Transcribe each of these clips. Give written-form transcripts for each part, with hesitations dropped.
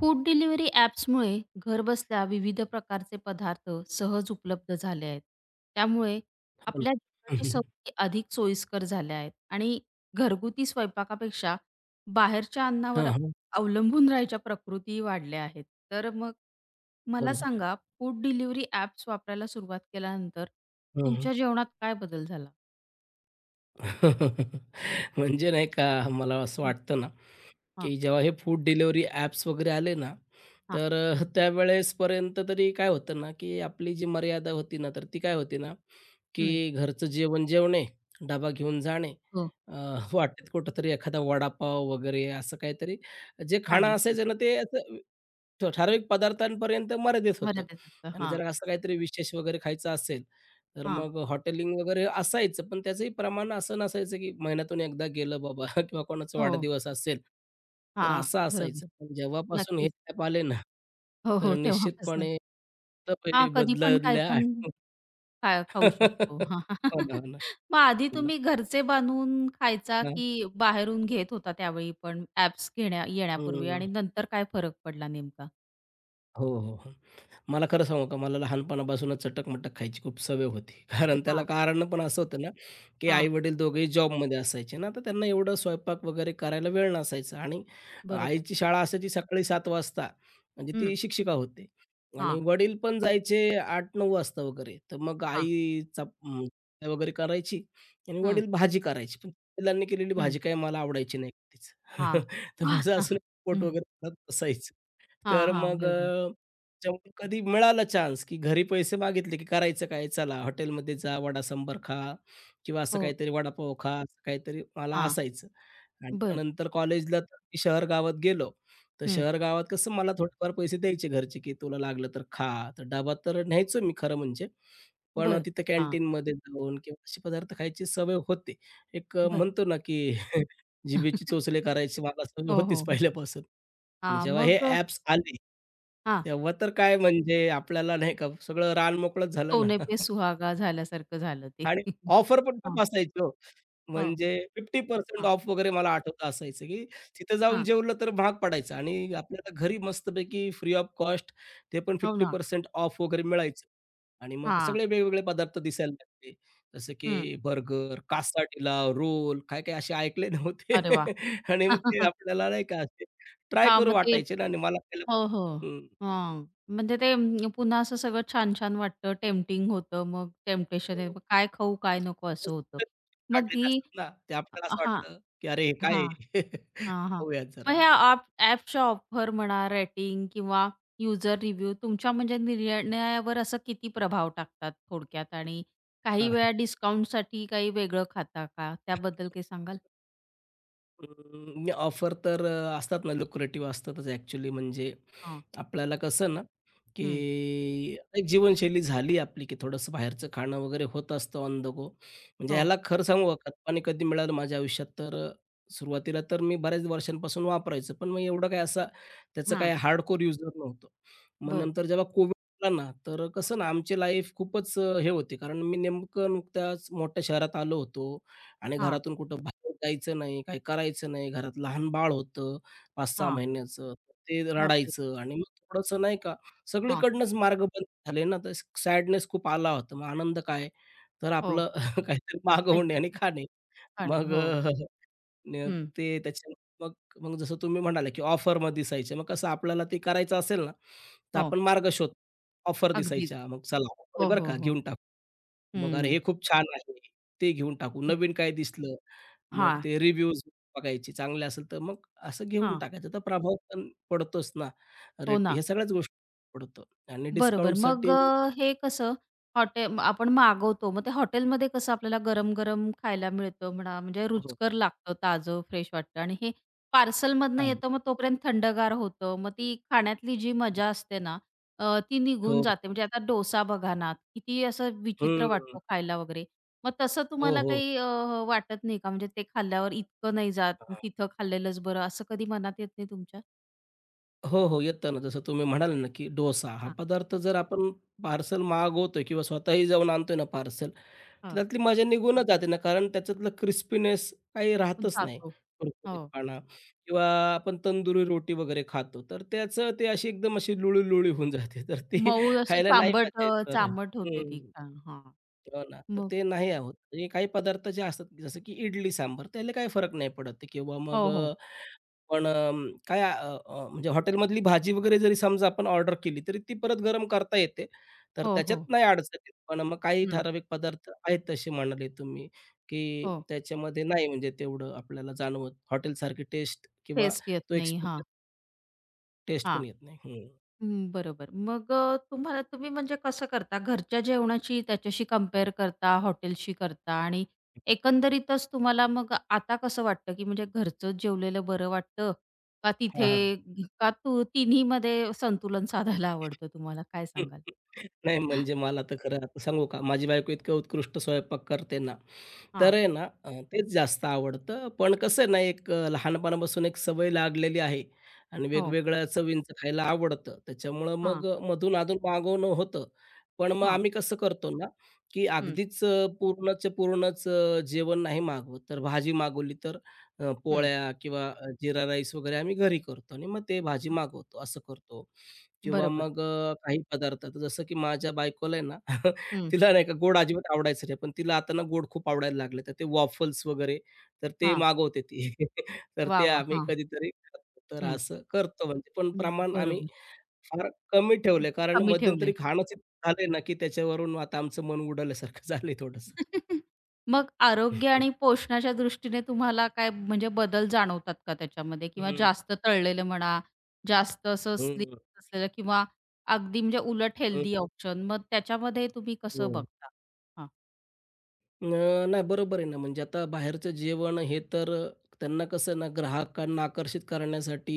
Food delivery ॲप्समुळे घरबसल्या विविध प्रकारचे पदार्थ सहज उपलब्ध झाले आहेत. त्यामुळे हो ना. आपल्या जेवणाची हं, सवयी अधिक सोयीस्कर झाल्या आहेत आणि घरगुती स्वयंपाकापेक्षा बाहेरच्या हां, अन्नावर हां. अवलंबून राहायच्या प्रकृती वाढल्या आहेत. तर मग मला बरोबर आहे. सांगा, फूड डिलिव्हरी ॲप्स वापरायला सुरुवात केल्यानंतर हं, हं. तुमच्या जेवणात काय बदल झाला? हं, म्हणजे नाही का मला असं हं, वाटतं ना, हां, की जेव्हा हे फूड डिलिव्हरी ॲप्स वगैरे आले ना, हां. तर त्यावेळेसपर्यंत तरी काय होतं ना, की आपली जी मर्यादा होती ना, तर ती काय होती ना, हं. की घरचं जेवण जेवणे, डबा घेऊन जाणे, हो. अ, वाटेत कुठेतरी एखादा वडापाव वगैरे असं काहीतरी जे छान खाणं असायचं ना, ते असं ठराविक पदार्थांपर्यंत मर्यादित होतं मर्यादेत असतं. आणि हां, जर असं काहीतरी विशेष वगैरे खायचं असेल तर हां. मग हॉटेलिंग वगैरे असायचं, पण त्याचंही प्रमाण असं नसायचं, की महिन्यातून एकदा गेलं बाबा किंवा कोणाचा हो. वाढदिवस असेल, तर हां. असं बरोबर. असायचं. पण जेव्हापासून हे नक्कीच. ॲप आले ना, हो, तर हो. तेव्हापासनं. निश्चितपणे हां, सवयी कधी पण काही बदलल्या पण आहेत. खाऊ शकतो. हां. हो ना, हो ना. मग आधी हो ना. तुम्ही घरचे बनवून खायचा हां. की बाहेरून घेत होता त्यावेळी पण ॲप्स घेण्या येण्यापूर्वी हं. आणि नंतर काय फरक पडला नेमका? हो, हो, हो. मला खरं सांगू का, मला लहानपणापासूनच चटक-मटक खायची खूप सवय होती. कारण त्याला हां, कारण पण असं होतं ना, की हां. आई-वडील दोघेही जॉबमध्ये असायचे ना, तर त्यांना एवढं स्वयंपाक वगैरे करायला वेळ नसायचा आणि बरोबर. आईची शाळा असायची सकाळी 7:00 वाजता, म्हणजे हं. ती शिक्षिका होते आणि हां, वडील पण जायचे 8:00-9:00 वाजता वगैरे. तर मग हां. आईचा चपात्या वगैरे करायची आणि हं, वडील भाजी करायची. पण वडिलांनी केलेली हं. भाजी काही मला आवडायची नाही कधीच. हां. तर माझं हां. असं पोट हं. वगैरे भरत बसायचं. हां, तर हां. मग बरोबर. त्याच्यामुळे कधी मिळाला चान्स, की घरी पैसे मागितले, की करायचं काय? चला हॉटेलमध्ये जा, वडा सांबार खा किंवा असं हो. काहीतरी वडापाव खा, असं काहीतरी मला हां. असायचं. आणि मग बरं. नंतर कॉलेजला तर मी शहर-गावात गेलो. तर हं. शहर-गावात कसं मला थोडेफार पैसे द्यायचे घरचे, की "तुला लागलं तर खा." तर डबा तर न्यायचो मी खरं म्हणजे. पण बरं. तिथं हां. कॅन्टीनमध्ये जाऊन किंवा असे पदार्थ खायची सवय होते. एक बरं. म्हणतो ना, की जिभेची चोचले करायची मला सवय हो, होतीच हो, हो. पहिल्यापासून. आणि हां, जेव्हा मग हे ॲप्स आले, हां. तेव्हा तर काय म्हणजे आपल्याला नाही का सगळं रान मोकळंच झालं ना. सोने पे सुहागा झाल्यासारखं झालं ते. आणि ऑफर पण हां. खूप असायची हो. हो. म्हणजे 50% हां, ऑफ वगैरे मला आठवतं असायचं, की तिथं जाऊन हां. जेवलं तर महाग पडायचं आणि आपल्याला घरी मस्तपैकी फ्री ऑफ कॉस्ट ते पण हो ना. 50% ऑफ वगैरे मिळायचं आणि मग हां. सगळे वेगवेगळे पदार्थ दिसायला लागले. जसं की हं. बर्गर, कासाटीला, रोल काय-काय असे ऐकले नव्हते अरे वाह! आणि मग ते आपल्याला नाही का असे ट्राय हां, करू मग ते वाटायचे ना आणि मला हो, पहिल्यापासून हो. हं, हां. म्हणजे ते पुन्हा असं सगळं छान-छान वाटतं, टेम्प्टिंग होतं. मग टेम्प्टेशन आहे. हो. मग काय खाऊ, काय नको असं होतं. तसं मग काढलेले ही असतात ना, ते आपल्याला असं हां, वाटतं, की अरे हे काय हां, आहे? हां, हां. खाऊयात मग जरा. ह्या ॲप्सच्या ऑफर म्हणा, रेटिंग किंवा यूजर रिव्ह्यू तुमच्या म्हणजे निर्णयावर असं किती प्रभाव टाकतात थोडक्यात आणि काही हां. वेळा डिस्काउंटसाठी काही वेगळं खाता का? त्याबद्दल काही सांगाल? अं, म्हणजे ऑफर तर असतात ना, लुक्रेटिव्ह असतातच ॲक्चुअली. म्हणजे हां. आपल्याला कसं ना, की हं. एक जीवनशैली झाली आपली, की थोडंसं बाहेरचं खाणं वगैरे होत असतं ऑन द गो. म्हणजे हो. ह्याला खरं सांगू का, खतपाणी कधी मिळालं माझ्या आयुष्यात, तर सुरुवातीला तर मी बऱ्याच वर्षांपासून वापरायचो. पण मग एवढं काय असा त्याचं हां. काय हार्डकोर युजर नव्हतो. मग बरं. नंतर जेव्हा कोविड आला ना, तर कसं ना, आमची लाईफ खूपच हे होती. कारण मी नेमकं नुकत्याच मोठ्या शहरात आलो होतो. आणि हां, घरातून कुठं बाहेर जायचं नाही, काही करायचं नाही. घरात लहान बाळ होतं 5-6 हां. महिन्याचं. ते बापरे! रडायचं आणि मग थोडंसं नाही का हां. सगळीकडनंच मार्ग बंद झाले ना, तर सॅडनेस खूप आला होता. मग आनंद काय? तर हो. आपलं काहीतरी मागवणे काहीतरी आणि खा- खाणे. खाणे. मग हो. न हं. ते त्याच्या मग मग जसं तुम्ही म्हणाले, की ऑफरमध्ये दिसायचे. मग कसं आपल्याला ते करायचं असेल ना, तर हो. आपण मार्ग शोधतो. ऑफर अगदीच. दिसायच्या. मग चला ऑफर आहे हो, बरं हो, का, हो. घेऊन टाकू. मग अरे, हं. हे खूप छान आहे. ते घेऊन टाकू. नवीन काय दिसलं, मग हां, ते रिव्ह्यूज बघायचे. चांगले असेल तर मग असं घेऊन हां. टाकायचं. तर प्रभाव पण पडतोच ना. हो रेट ना. ह्या सगळ्याच गोष्टी पडतो आणि बरोबर. मग डिस्काउंटसाठी हे कसं आपण मागवतो. मग ते हॉटेलमध्ये कसं आपल्याला गरम-गरम खायला मिळतं म्हणा, म्हणजे हो. रुचकर लागतं, ताजं फ्रेश वाटतं आणि हे पार्सलमधनं आहे. येतं, मग तोपर्यंत थंडगार होतं. मग ती खाण्यातली जी मजा असते ना, ती हो. निघून जाते. म्हणजे आता डोसा बघा ना, किती असं विचित्र हं. वाटतो खायला वगैरे. मग तसं हो, तुम्हाला हो. काही वाटत नाही का? म्हणजे ते खाल्ल्यावर इतकं नाही जात, तिथं खाल्लेलंच बरं, असं कधी मनात येत नाही तुमच्या? हो, हो. येतं ना. जसं तुम्ही म्हणाले ना, की डोसा हा हां, पदार्थ जर आपण पार्सल मागवतोय किंवा स्वतःही जाऊन आणतोय ना पार्सल, हो. त्यातली मजा निघूनच जाते ना, कारण त्याच्यातलं क्रिस्पीनेस काही राहतच नाही. जातो. हो. कुरकुरीतपणा किंवा आपण तंदुरी रोटी वगैरे खातो, तर त्याचं ते अशी एकदम अशी लुळी-लुळी होऊन जाते. तर ती मऊ असे खायला नाही चांबट मजा येत. तर चांबट होते ती हं. छान. हां. हो ना. तर मग? ते नाही आहोत. आणि काही पदार्थ जे असतात, जसं की इडली सांबार, त्याला काही फरक नाही पडत किंवा मग हो, हो. पण काय अ, अ, म्हणजे हॉटेलमधली भाजी वगैरे जरी समजा आपण ऑर्डर केली, तरी ती परत गरम करता येते. तर हो, त्याच्यात हो. नाही अडचण येत. पण मग काही हं. ठराविक पदार्थ आहेत तसे म्हणाले तुम्ही, की हो. त्याच्यामध्ये नाही म्हणजे तेवढं आपल्याला जाणवत. हॉटेलसारखी टेस्ट किंवा टेस्ट येत तो नाही. हां, एक्सपिरियन्स टेस्ट पण हां. येत नाही. हं. हं, बरोबर. मग तुम्हाला तुम्ही म्हणजे कसं करता? घरच्या जेवणाची त्याच्याशी कंपेअर करता, हॉटेलशी करता आणि एकंदरीतच तुम्हाला मग आता कसं वाटतं, की म्हणजे घरचं जेवलेलं बरं वाटतं का हां, तिथे हां. का तू तिन्हीमध्ये संतुलन साधायला आवडतं तुम्हाला? काय सांगाल? नाही म्हणजे मला तर खरं आता सांगू का, माझी बायको इतकं उत्कृष्ट स्वयंपाक करते ना, तर हां. आहे ना तेच जास्त आवडतं. पण कसं आहे ना, एक लहानपणापासून एक सवय लागलेली आहे आणि हो. वेगवेगळ्या चवींचं खायला आवडतं. त्याच्यामुळं हां, मग मधून-अधून मागवणं होतं. पण मग हां. आम्ही कसं करतो ना, की हं, अगदीच पूर्णच्या पूर्णच जेवण नाही मागवत. तर भाजी मागवली तर हं. पोळ्या किंवा जीरा राईस वगैरे आम्ही घरी करतो आणि मग ते भाजी मागवतो, असं करतो. किंवा बरोबर. मग काही पदार्थ तर जसं की माझ्या बायकोला आहे ना हं. तिला नाही का गोड अजिबात आवडायचं नाही, पण तिला आता ना गोड खूप आवडायला लागले. तर ते वॉफल्स वगैरे तर ते हां. मागवते ती. तर वाह, ते वाह! आम्ही हां. कधीतरी खातो. तर हं. असं करतो म्हणजे पण हं, प्रमाण आम्ही बरोबर. फार कमी ठेवलंय कारण कमी ठेवलंय. मध्यंतरी खाणंच इतकं झालंय ना, की त्याच्यावरून आता आमचं मन उडाल्यासारखं झालंय थोडंसं. मग आरोग्य आणि पोषणाच्या दृष्टीने तुम्हाला काय म्हणजे बदल जाणवतात का त्याच्यामध्ये? किंवा हं, जास्त तळलेलं म्हणा, जास्त असं हं, स्लिम असलेलं किंवा अगदी म्हणजे उलट हं. हेल्दी ऑप्शन मग त्याच्यामध्ये तुम्ही कसं हो. बघता? हां. अ, नाही बरोबर आहे ना, म्हणजे आता बाहेरचं जेवण हे तर त्यांना कसं ना ग्राहकांना आकर्षित करण्यासाठी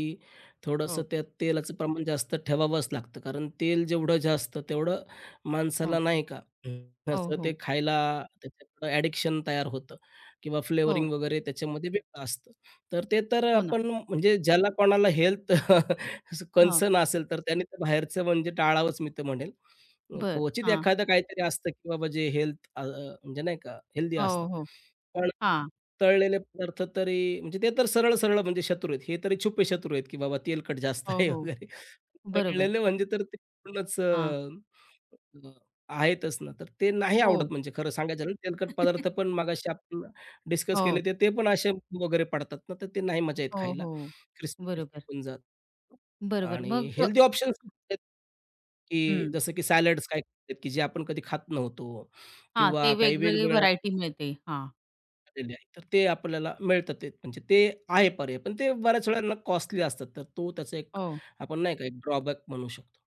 थोडंसं हो, त्यात तेलाचं प्रमाण जास्त ठेवावंच लागतं. कारण तेल जेवढं जास्त तेवढं माणसाला हो. नाही का हम्म, हो, असं ते हो. खायला त्याच्याकडं ॲडिक्शन तयार होतं किंवा हो. फ्लेवरिंग वगैरे त्याच्यामध्ये वेगळं असतं. तर ते तर हो ना. आपण म्हणजे ज्याला कोणाला हेल्थ हां. कन्सर्न असेल तर त्याने तर बाहेरचं म्हणजे टाळावंच मी तर म्हणेल. बरं. क्वचित हां. एखादं काहीतरी असतं, की बाबा जे हेल्थ म्हणजे नाही का हेल्दी असतात. हो, हो. पण हां. तळलेले पदार्थ तरी म्हणजे ते तर सरळ-सरळ म्हणजे शत्रू आहेत. हे तरी छुपे शत्रू आहेत, की बाबा तेलकट जास्त हो, आहे हो. वगैरे. बरोबर. तळलेले म्हणजे तर ते पूर्णच हां. अ, अ, आहेतच ना. तर ते नाही हो. आवडत म्हणजे खरं सांगायचं झालं तेलकट पदार्थ पण मगाशी आपण डिस्कस हो. केले ते, ते पण असे वगैरे पडतात ना, तर ते नाही मजा येत हो, खायला. हो. क्रिस्पी-क्रिस्पी बरोबर. होऊन जातं बरोबर. आणि मग हेल्दी ऑप्शन्स की हं. जसं की सॅलड्स काय आहेत, की जे आपण कधी खात नव्हतो हां, ते किंवा काही वेगवेगळी वेगवेगळ्या व्हरायटी मिळते. हां. आलेले आहे. तर ते आपल्याला मिळतं ते म्हणजे ते आहे पर्याय, पण ते बऱ्याच वेळेला कॉस्टली असतात. तर तो त्याचा एक हो. आपण नाही का एक ड्रॉबॅक म्हणू शकतो.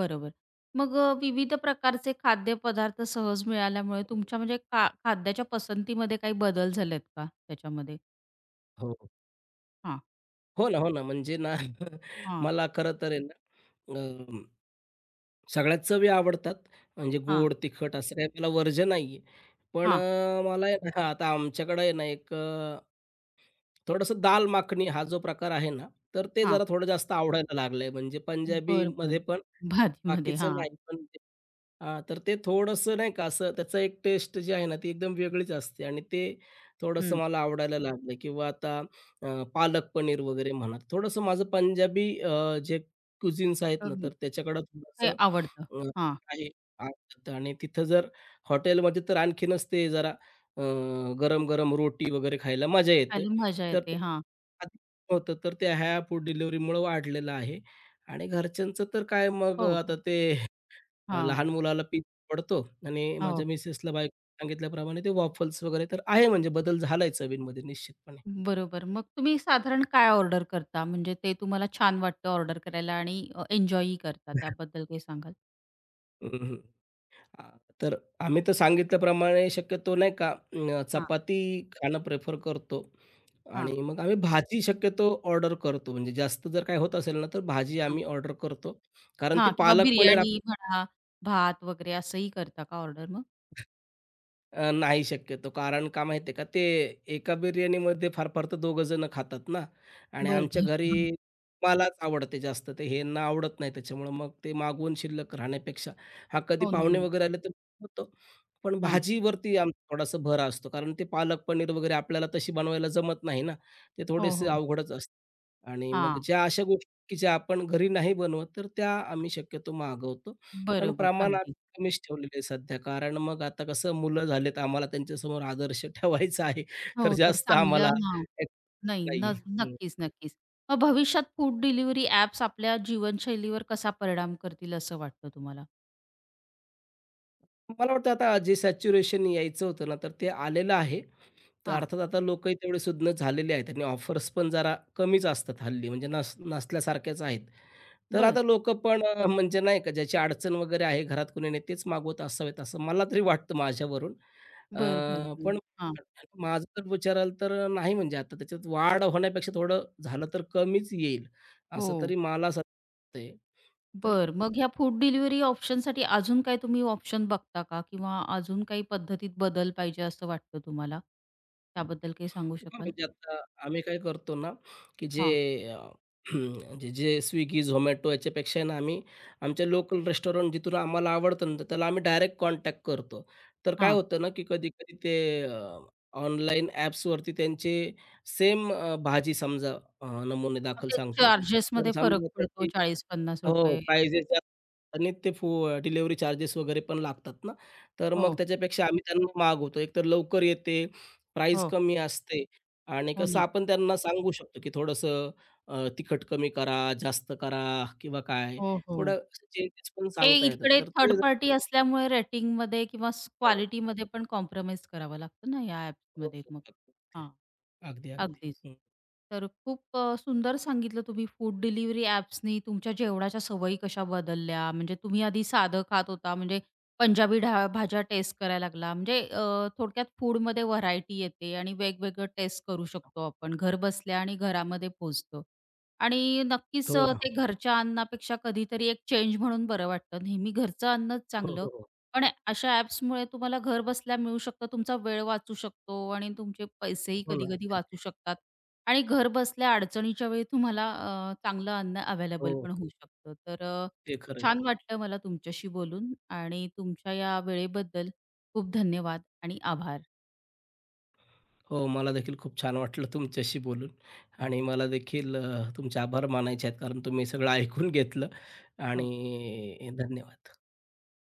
बरोबर. मग विविध प्रकारचे खाद्यपदार्थ सहज मिळाल्यामुळे तुमच्या म्हणजे खाद्याच्या पसंतीमध्ये काही बदल झालेत का त्याच्यामध्ये? हो, हो. हां, हो ना, हो ना. म्हणजे ना हां, मला खरं तर आहे ना, अ, सगळ्याच चवी आवडतात. म्हणजे हां, गोड, तिखट असं काही मला वर्ज्य नाहीये. पण हां, मला आहे ना हां, आता आमच्याकडे आहे ना एक थोडंसं दाल माखणी हा जो प्रकार आहे ना, तर ते हां. जरा थोडं जास्त आवडायला लागलंय. म्हणजे बरं, पंजाबीमध्ये बरं. पण भाजीमध्ये बाकीचं हां. नाही, पण ते हां, तर ते थोडंसं नाही का असं त्याचं एक टेस्ट जी आहे ना, ती एकदम वेगळीच असते आणि ते थोडंसं हं. मला आवडायला लागलं किंवा आता पालक पनीर वगैरे म्हणा. थोडंसं माझं पंजाबी जे क्युझिन्स आहेत अ, ना, तर त्याच्याकडं ते थोडंसं आवडतं. अ, हां. आहे आवडतं आणि तिथं जर हॉटेलमध्ये तर आणखीनच ते जरा अ, गरम-गरम रोटी वगैरे खायला मजा येते. खायला मजा तर येते. ते हां. आधी होतं, तर त्या ह्या फूड डिलिव्हरीमुळं वाढलेलं आहे आणि घरच्यांचं तर काय मग हो. आता ते हां. लहान मुलाला पिझ्झा आवडतो आणि हो. माझ्या मिसेसला बायको सांगितल्याप्रमाणे ते वॉफल्स वगैरे तर आहे म्हणजे बदल झालाय चवींमध्ये निश्चितपणे. बरोबर. मग तुम्ही साधारण काय ऑर्डर करता? म्हणजे ते तुम्हाला छान वाटतं ऑर्डर करायला आणि एन्जॉयही करता त्याबद्दल काही सांगाल? हं, हं. अ, तर आम्ही तर सांगितल्याप्रमाणे शक्यतो नाही का चपाती खाणं प्रेफर करतो हां, आणि मग आम्ही भाजी शक्यतो ऑर्डर करतो. म्हणजे जास्त जर काय होत असेल ना, तर भाजी हां. आम्ही ऑर्डर करतो. कारण ती हां, किंवा पालक पनीर बिर्याणी म्हणा, भात वगैरे असंही करता का ऑर्डर मग? नाही शक्यतो. कारण का माहिती आहे का? ते एका बिर्याणीमध्ये फार फार तर दोघं जण खातात ना आणि बर आमच्या बर घरी हां. मलाच आवडते जास्त. ते ह्यांना आवडत नाही. त्याच्यामुळं मग ते मागवून शिल्लक राहण्यापेक्षा हां, कधी हो ना. पाहुणे वगैरे आले तर होतं. पण हां. भाजीवरती आमचा थोडासा भर असतो. कारण ते पालक पनीर वगैरे आपल्याला तशी बनवायला जमत नाही ना. ते हो, थोडेसे हो. अवघडच असतं आणि मग हां. ज्या अशा गोष्टी की ज्या आपण घरी नाही बनवत, तर त्या आम्ही शक्यतो मागवतो. पण बरोबर, प्रमाण अगदी. कमीच ठेवलेले आहे सध्या. कारण मग आता कसं मुलं झालेत, आम्हाला त्यांच्यासमोर आदर्श ठेवायचा आहे. तर हो, तर जास्त आम्हाला चांगलं हां. नाही, नाहीये. न हं. नक्कीच, नक्कीच. मग भविष्यात फूड डिलिव्हरी ॲप्स आपल्या जीवनशैलीवर कसा परिणाम करतील असं वाटतं तुम्हाला? मला वाटतं आता जे सॅच्युरेशन यायचं होतं ना, तर ते आलेलं आहे. तर हां. अर्थात आता लोकही तेवढे सुज्ञ झालेले आहेत आणि ऑफर्स पण जरा कमीच असतात हल्ली म्हणजे नस नसल्यासारख्याच आहेत. तर बर आता लोकं पण म्हणजे नाही का ज्याची अडचण वगैरे आहे, घरात कोणी नाही तेच मागवत असावेत असं मला तरी वाटतं माझ्यावरून. बर बर पण बर हां. माझं जर विचाराल तर नाही म्हणजे आता त्याच्यात वाढ होण्यापेक्षा थोडं झालं तर कमीच येईल, असं हो. तरी मला असं वाटतंय. तर बरं. मग ह्या फूड डिलिव्हरी ऑप्शनसाठी अजून काय तुम्ही ऑप्शन बघता का? किंवा अजून काही पद्धतीत बदल पाहिजे असं वाटतं तुम्हाला? त्याबद्दल काही सांगू हां, शकाल? म्हणजे आता आम्ही काय करतो ना, की जे हां, अ, जे जे Swiggy, Zomato याच्यापेक्षा आहे ना, आम्ही आमच्या लोकल रेस्टॉरंट जिथून आम्हाला आवडतं ना, तर त्याला आम्ही डायरेक्ट कॉन्टॅक्ट करतो. तर काय हां. होतं ना, की कधी-कधी ते ऑनलाईन ॲप्सवरती त्यांचे सेम भाजी समजा नमुने मग दाखल ते सांगतोय. तर चार्जेसमध्ये फरक समजा पडतो त्याची ₹40-50 हो, प्राइजेस आणि ते फू डिलिव्हरी चार्जेस वगैरे पण लागतात ना, तर हो, मग त्याच्यापेक्षा आम्ही त्यांना मागवतो. एकतर लवकर येते, प्राईस हो. कमी असते आणि हो कसं ना. आपण त्यांना सांगू शकतो, की थोडंसं तिखट कमी करा, जास्त करा किंवा काय हो, हो. थोडं चेंजेस पण हे सांगता येतात. इकडे तर थर्ड ते पार्टी असल्यामुळे रेटिंगमध्ये किंवा हां. क्वालिटीमध्ये पण कॉम्प्रोमाईज करावं लागतं ना या हो, ॲप्समध्ये मग. हो. अगदी, अगदी. अगदीच. हं. तर खूप सुंदर सांगितलं तुम्ही फूड डिलिव्हरी ॲप्सनी तुमच्या जेवणाच्या सवयी कशा बदलल्या. म्हणजे तुम्ही आधी साधं खात होता, म्हणजे पंजाबी भाज्या टेस्ट करायला लागला. म्हणजे थोडक्यात फूडमध्ये व्हरायटी येते आणि वेगवेगळं टेस्ट करू शकतो आपण घरबसल्या आणि घरामध्ये पोहोचतो. आणि नक्कीच हो ना. ते घरच्या अन्नापेक्षा कधीतरी एक चेंज म्हणून बरं वाटतं. नेहमी घरचं अन्नच हो, चांगलं, हो, हो. पण अशा ॲप्समुळे तुम्हाला घरबसल्या मिळू शकतं. तुमचा वेळ वाचू शकतो आणि तुमचे पैसेही हो ना. कधी-कधी ते- वाचू शकतात आणि घरबसल्या अडचणीच्या वेळी तुम्हाला चांगलं अन्न अवेलेबल हो, पण होऊ शकतं. तर ते खरं छान वाटलं मला तुमच्याशी बोलून आणि तुमच्या या वेळेबद्दल खूप धन्यवाद आणि आभार. हो, मला देखील खूप छान वाटलं तुमच्याशी बोलून आणि मला देखील तुमचे आभार मानायचे आहेत कारण तुम्ही सगळं ऐकून घेतलं हो. आणि धन्यवाद.